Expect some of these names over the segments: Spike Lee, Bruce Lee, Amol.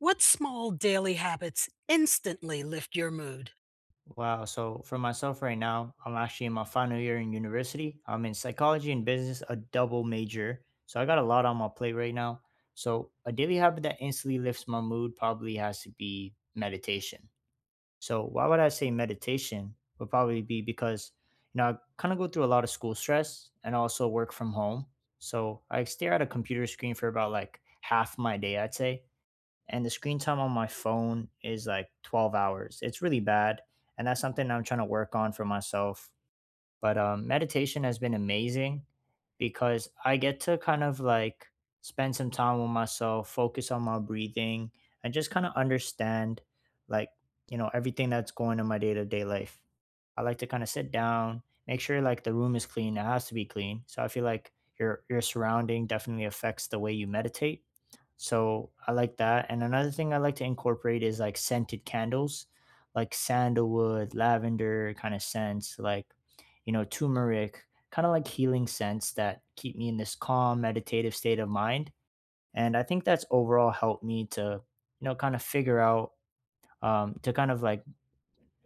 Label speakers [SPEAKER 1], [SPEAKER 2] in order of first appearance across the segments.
[SPEAKER 1] What small daily habits instantly lift your mood?
[SPEAKER 2] Wow. So for myself right now, I'm actually in my final year in university. I'm in psychology and business, a double major. So I got a lot on my plate right now. So a daily habit that instantly lifts my mood probably has to be meditation. So why would I say meditation? Would probably be because, I kind of go through a lot of school stress and also work from home. So I stare at a computer screen for about like half my day, I'd say, and the screen time on my phone is like 12 hours. It's really bad. And that's something I'm trying to work on for myself. But meditation has been amazing because I get to kind of like spend some time with myself, focus on my breathing, and just kind of understand like, everything that's going in my day to day life. I like to kind of sit down, make sure like the room is clean. It has to be clean. So I feel like your surrounding definitely affects the way you meditate. So I like that. And another thing I like to incorporate is like scented candles, like sandalwood, lavender kind of scents, like turmeric, kind of like healing scents that keep me in this calm, meditative state of mind. And I think that's overall helped me to, kind of figure out, to kind of like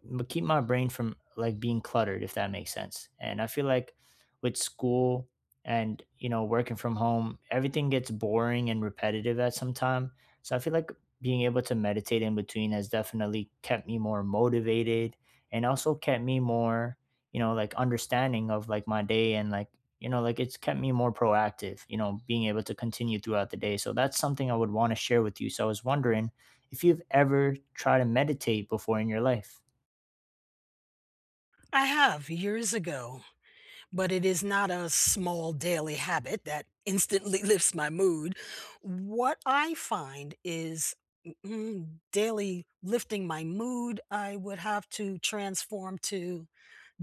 [SPEAKER 2] but keep my brain from like being cluttered, if that makes sense. And I feel like with school and working from home, everything gets boring and repetitive at some time. So I feel like being able to meditate in between has definitely kept me more motivated, and also kept me more like understanding of like my day, and like like it's kept me more proactive, being able to continue throughout the day. So that's something I would want to share with you. So I was wondering if you've ever tried to meditate before in your life.
[SPEAKER 1] I have years ago, but it is not a small daily habit that instantly lifts my mood. What I find is daily lifting my mood, I would have to transform to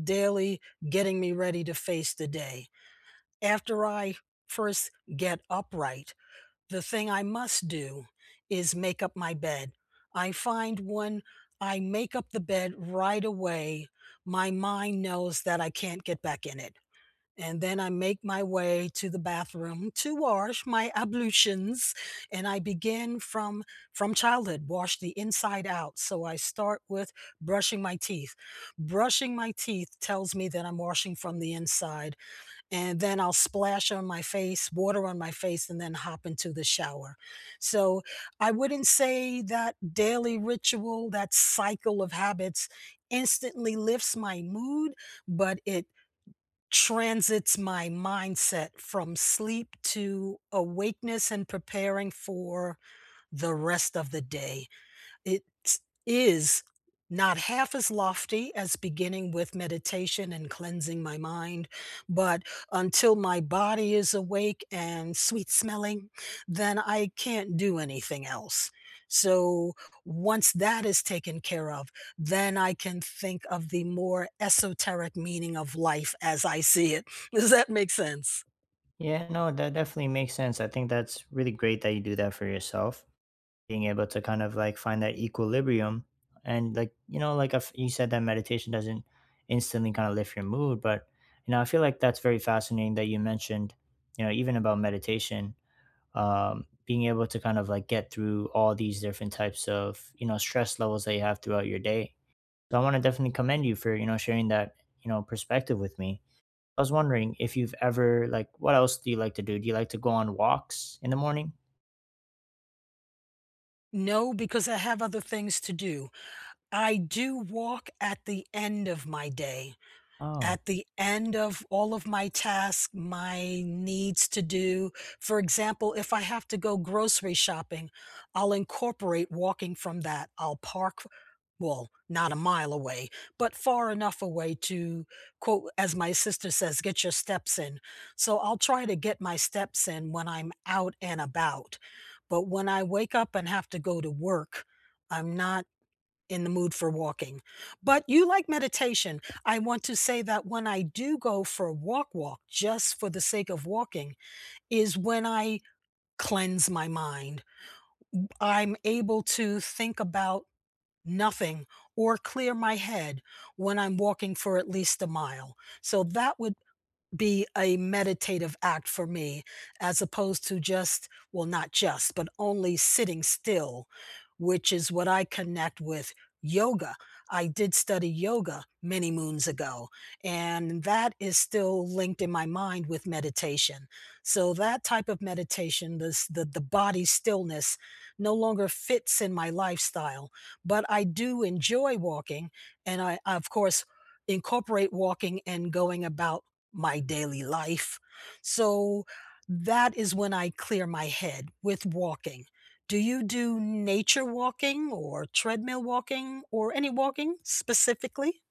[SPEAKER 1] daily getting me ready to face the day. After I first get upright, the thing I must do is make up my bed. I find when I make up the bed right away, my mind knows that I can't get back in it. And then I make my way to the bathroom to wash my ablutions. And I begin from childhood, wash the inside out. So I start with brushing my teeth. Brushing my teeth tells me that I'm washing from the inside, and then I'll splash on my face, water on my face, and then hop into the shower. So I wouldn't say that daily ritual, that cycle of habits instantly lifts my mood, but it transits my mindset from sleep to awakeness and preparing for the rest of the day. It is not half as lofty as beginning with meditation and cleansing my mind, but until my body is awake and sweet smelling, then I can't do anything else. So once that is taken care of, then I can think of the more esoteric meaning of life as I see it. Does that make sense?
[SPEAKER 2] Yeah, no, that definitely makes sense. I think that's really great that you do that for yourself, being able to kind of like find that equilibrium. And like, like if you said that meditation doesn't instantly kind of lift your mood, but I feel like that's very fascinating that you mentioned, even about meditation, being able to kind of like get through all these different types of, stress levels that you have throughout your day. So I want to definitely commend you for, sharing that, perspective with me. I was wondering if you've ever like what else do you like to do? Do you like to go on walks in the morning?
[SPEAKER 1] No, because I have other things to do. I do walk at the end of my day,
[SPEAKER 2] Oh,
[SPEAKER 1] at the end of all of my tasks, my needs to do. For example, if I have to go grocery shopping, I'll incorporate walking from that. I'll park, well, not a mile away, but far enough away to, quote, as my sister says, get your steps in. So I'll try to get my steps in when I'm out and about. But when I wake up and have to go to work, I'm not in the mood for walking. But you like meditation. I want to say that when I do go for a walk, just for the sake of walking, is when I cleanse my mind. I'm able to think about nothing or clear my head when I'm walking for at least a mile. So that would be a meditative act for me as opposed to just, well, not just, but only sitting still, which is what I connect with yoga. I did study yoga many moons ago, and that is still linked in my mind with meditation. So that type of meditation, the body stillness no longer fits in my lifestyle. But I do enjoy walking, and I of course incorporate walking and going about my daily life. So that is when I clear my head with walking. Do you do nature walking or treadmill walking or any walking specifically?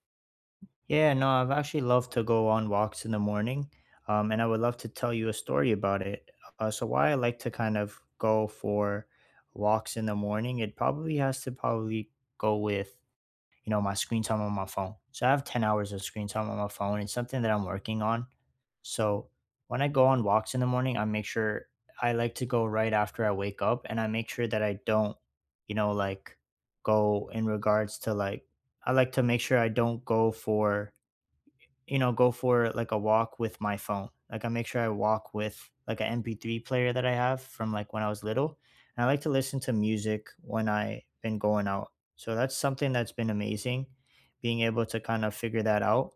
[SPEAKER 2] yeah, no, I've actually loved to go on walks in the morning. And I would love to tell you a story about it. So why I like to kind of go for walks in the morning, it probably has to probably go with my screen time on my phone. So I have 10 hours of screen time on my phone. It's something that I'm working on. So when I go on walks in the morning, I make sure I like to go right after I wake up, and I make sure that I don't, like go in regards to like, I like to make sure I don't go for go for like a walk with my phone. Like I make sure I walk with like an MP3 player that I have from like when I was little. And I like to listen to music when I have been going out. So that's something that's been amazing, being able to kind of figure that out,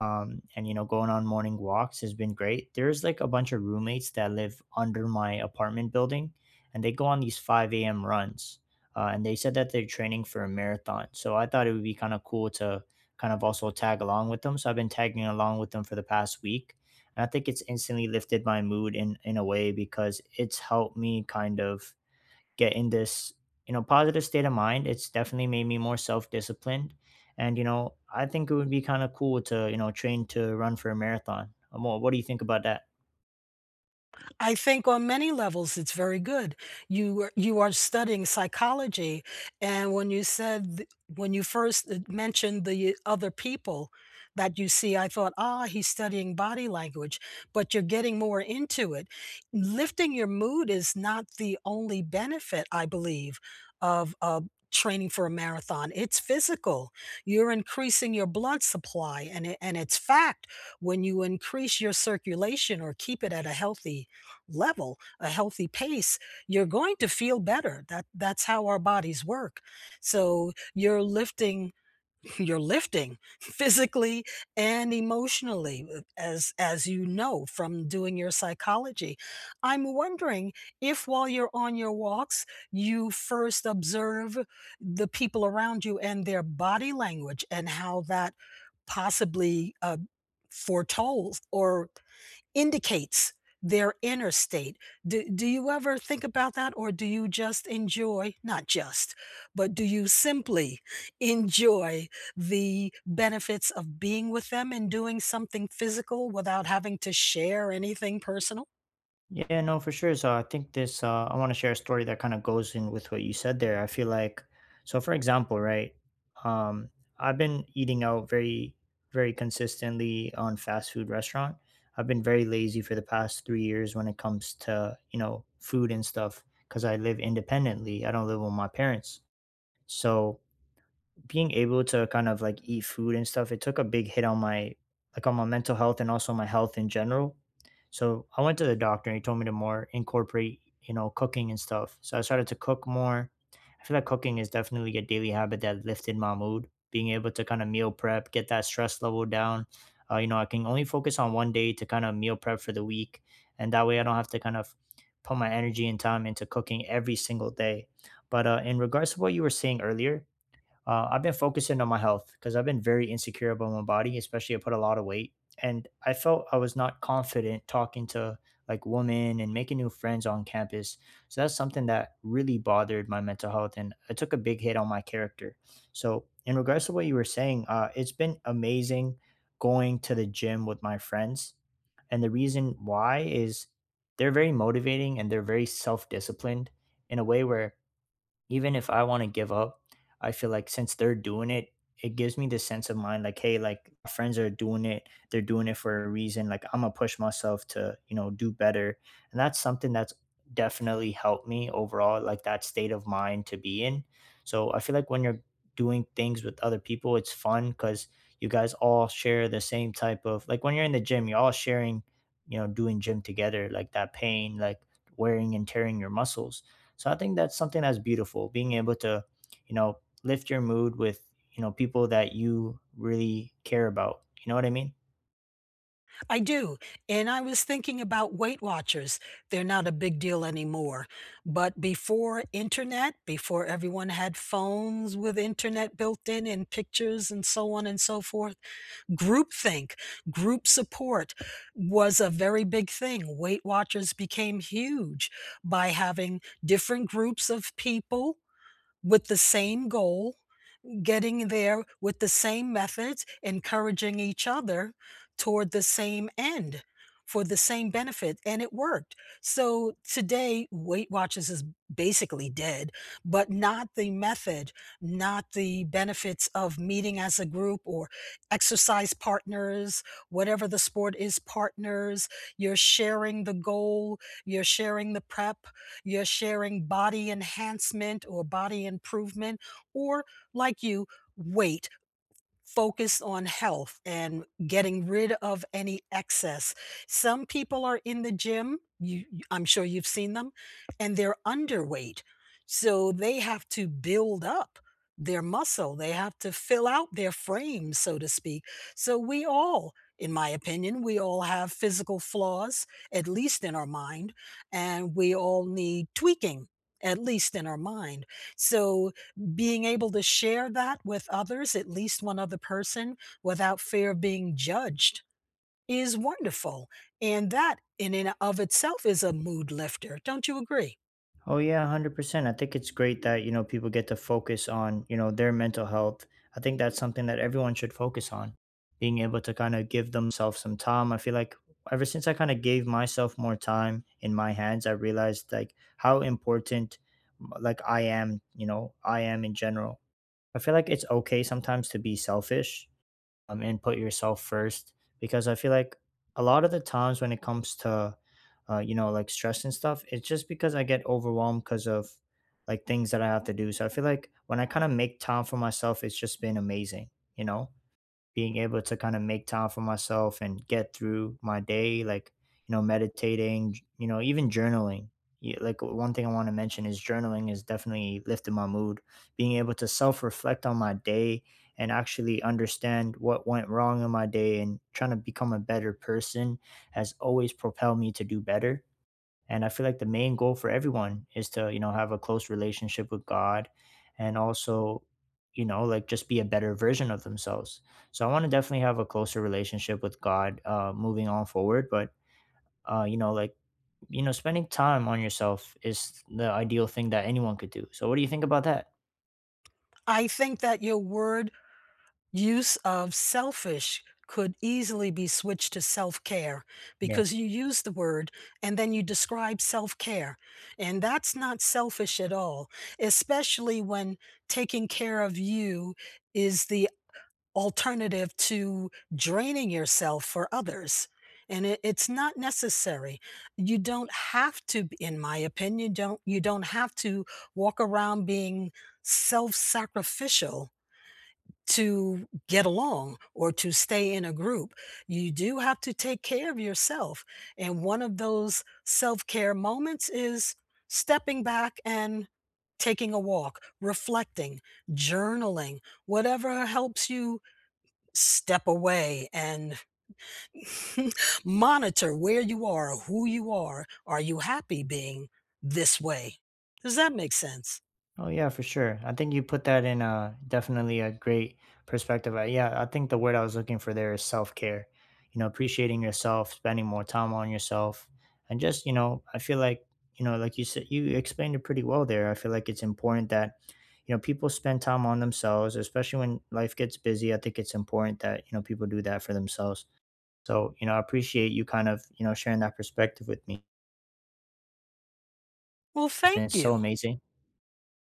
[SPEAKER 2] and going on morning walks has been great. There's like a bunch of roommates that live under my apartment building, and they go on these 5 a.m. runs. And they said that they're training for a marathon, so I thought it would be kind of cool to kind of also tag along with them. So I've been tagging along with them for the past week, and I think it's instantly lifted my mood in a way, because it's helped me kind of get in this positive state of mind. It's definitely made me more self-disciplined. And I think it would be kind of cool to train to run for a marathon. Amol, what do you think about that?
[SPEAKER 1] I think on many levels it's very good. You are studying psychology, and when when you first mentioned the other people that you see, I thought, ah, he's studying body language, but you're getting more into it. Lifting your mood is not the only benefit, I believe, of training for a marathon. It's physical. You're increasing your blood supply, and it's fact when you increase your circulation or keep it at a healthy level, a healthy pace, you're going to feel better. That's how our bodies work. So you're lifting, you're lifting physically and emotionally, as you know from doing your psychology. I'm wondering if while you're on your walks, you first observe the people around you and their body language and how that possibly foretold or indicates their inner state. Do you ever think about that, or do you just enjoy, not just, but do you simply enjoy the benefits of being with them and doing something physical without having to share anything personal?
[SPEAKER 2] Yeah, no, for sure. So I think this, I want to share a story that kind of goes in with what you said there. I feel like, so for example, right, um, I've been eating out very, very consistently on fast food restaurant. I've been very lazy for the past 3 years when it comes to, food and stuff, because I live independently. I don't live with my parents. So being able to kind of like eat food and stuff, it took a big hit on my like on my mental health and also my health in general. So I went to the doctor and he told me to more incorporate, cooking and stuff. So I started to cook more. I feel like cooking is definitely a daily habit that lifted my mood. Being able to kind of meal prep, get that stress level down. You know, I can only focus on one day to kind of meal prep for the week. And that way I don't have to kind of put my energy and time into cooking every single day. But in regards to what you were saying earlier, I've been focusing on my health because I've been very insecure about my body, especially I put a lot of weight. And I felt I was not confident talking to like women and making new friends on campus. So that's something that really bothered my mental health, and it took a big hit on my character. So, in regards to what you were saying, it's been amazing going to the gym with my friends. And the reason why is they're very motivating and they're very self disciplined, in a way where even if I want to give up, I feel like since they're doing it, it gives me this sense of mind like, hey, like my friends are doing it. They're doing it for a reason. Like I'm gonna push myself to, do better. And that's something that's definitely helped me overall, like that state of mind to be in. So I feel like when you're doing things with other people, it's fun because you guys all share the same type of like when you're in the gym, you're all sharing, doing gym together, like that pain, like wearing and tearing your muscles. So I think that's something that's beautiful, being able to, lift your mood with, people that you really care about. You know what I mean?
[SPEAKER 1] I do. And I was thinking about Weight Watchers. They're not a big deal anymore. But before internet, before everyone had phones with internet built in and pictures and so on and so forth, groupthink, group support was a very big thing. Weight Watchers became huge by having different groups of people with the same goal getting there with the same methods, encouraging each other toward the same end for the same benefit, and it worked. So today, Weight Watchers is basically dead, but not the method, not the benefits of meeting as a group or exercise partners, whatever the sport is, partners. You're sharing the goal, you're sharing the prep, you're sharing body enhancement or body improvement, or like you, weight, focus on health and getting rid of any excess. Some people are in the gym, I'm sure you've seen them, and they're underweight. So they have to build up their muscle. They have to fill out their frame, so to speak. So we all, in my opinion, we all have physical flaws, at least in our mind, and we all need tweaking, at least in our mind. So being able to share that with others, at least one other person, without fear of being judged is wonderful. And that in and of itself is a mood lifter. Don't you agree?
[SPEAKER 2] Oh yeah, 100%. I think it's great that, people get to focus on, their mental health. I think that's something that everyone should focus on. Being able to kind of give themselves some time. I feel like ever since I kind of gave myself more time in my hands, I realized like how important like I am, I am in general. I feel like it's okay sometimes to be selfish, and put yourself first because I feel like a lot of the times when it comes to, like stress and stuff, it's just because I get overwhelmed because of like things that I have to do. So I feel like when I kind of make time for myself, it's just been amazing, you know being able to kind of make time for myself and get through my day, like, meditating, even journaling. Yeah, like one thing I want to mention is journaling has definitely lifted my mood. Being able to self reflect on my day and actually understand what went wrong in my day and trying to become a better person has always propelled me to do better. And I feel like the main goal for everyone is to, have a close relationship with God, and also, like just be a better version of themselves. So I want to definitely have a closer relationship with God, moving on forward. But, like, spending time on yourself is the ideal thing that anyone could do. So what do you think about that?
[SPEAKER 1] I think that your word use of selfish could easily be switched to self care, because you use the word and then you describe self care. And that's not selfish at all, especially when taking care of you is the alternative to draining yourself for others. It's not necessary. You don't have to, b- In my opinion, don't you don't have to walk around being self-sacrificial to get along or to stay in a group. You do have to take care of yourself. And one of those self-care moments is stepping back and taking a walk, reflecting, journaling, whatever helps you step away and monitor where you are, who you are. Are you happy being this way? Does that make sense?
[SPEAKER 2] Oh yeah, for sure. I think you put that in a definitely a great perspective. I, yeah, I think the word I was looking for there is self care. You know, appreciating yourself, spending more time on yourself, and just I feel like like you said, you explained it pretty well there. I feel like it's important that people spend time on themselves, especially when life gets busy. I think it's important that people do that for themselves. So I appreciate you kind of sharing that perspective with me.
[SPEAKER 1] Well,
[SPEAKER 2] It's been
[SPEAKER 1] thank
[SPEAKER 2] so
[SPEAKER 1] you.
[SPEAKER 2] amazing.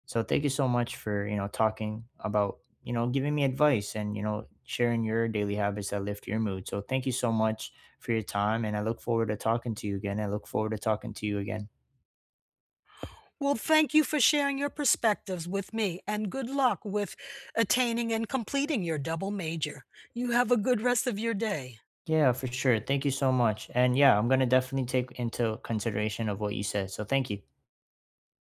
[SPEAKER 2] So thank you so much for, talking about, giving me advice and, sharing your daily habits that lift your mood. So thank you so much for your time, and I look forward to talking to you again. I look forward to talking to you again.
[SPEAKER 1] Well, thank you for sharing your perspectives with me and good luck with attaining and completing your double major. You have a good rest of your day.
[SPEAKER 2] Yeah, for sure. Thank you so much. And yeah, I'm going to definitely take into consideration of what you said. So thank you.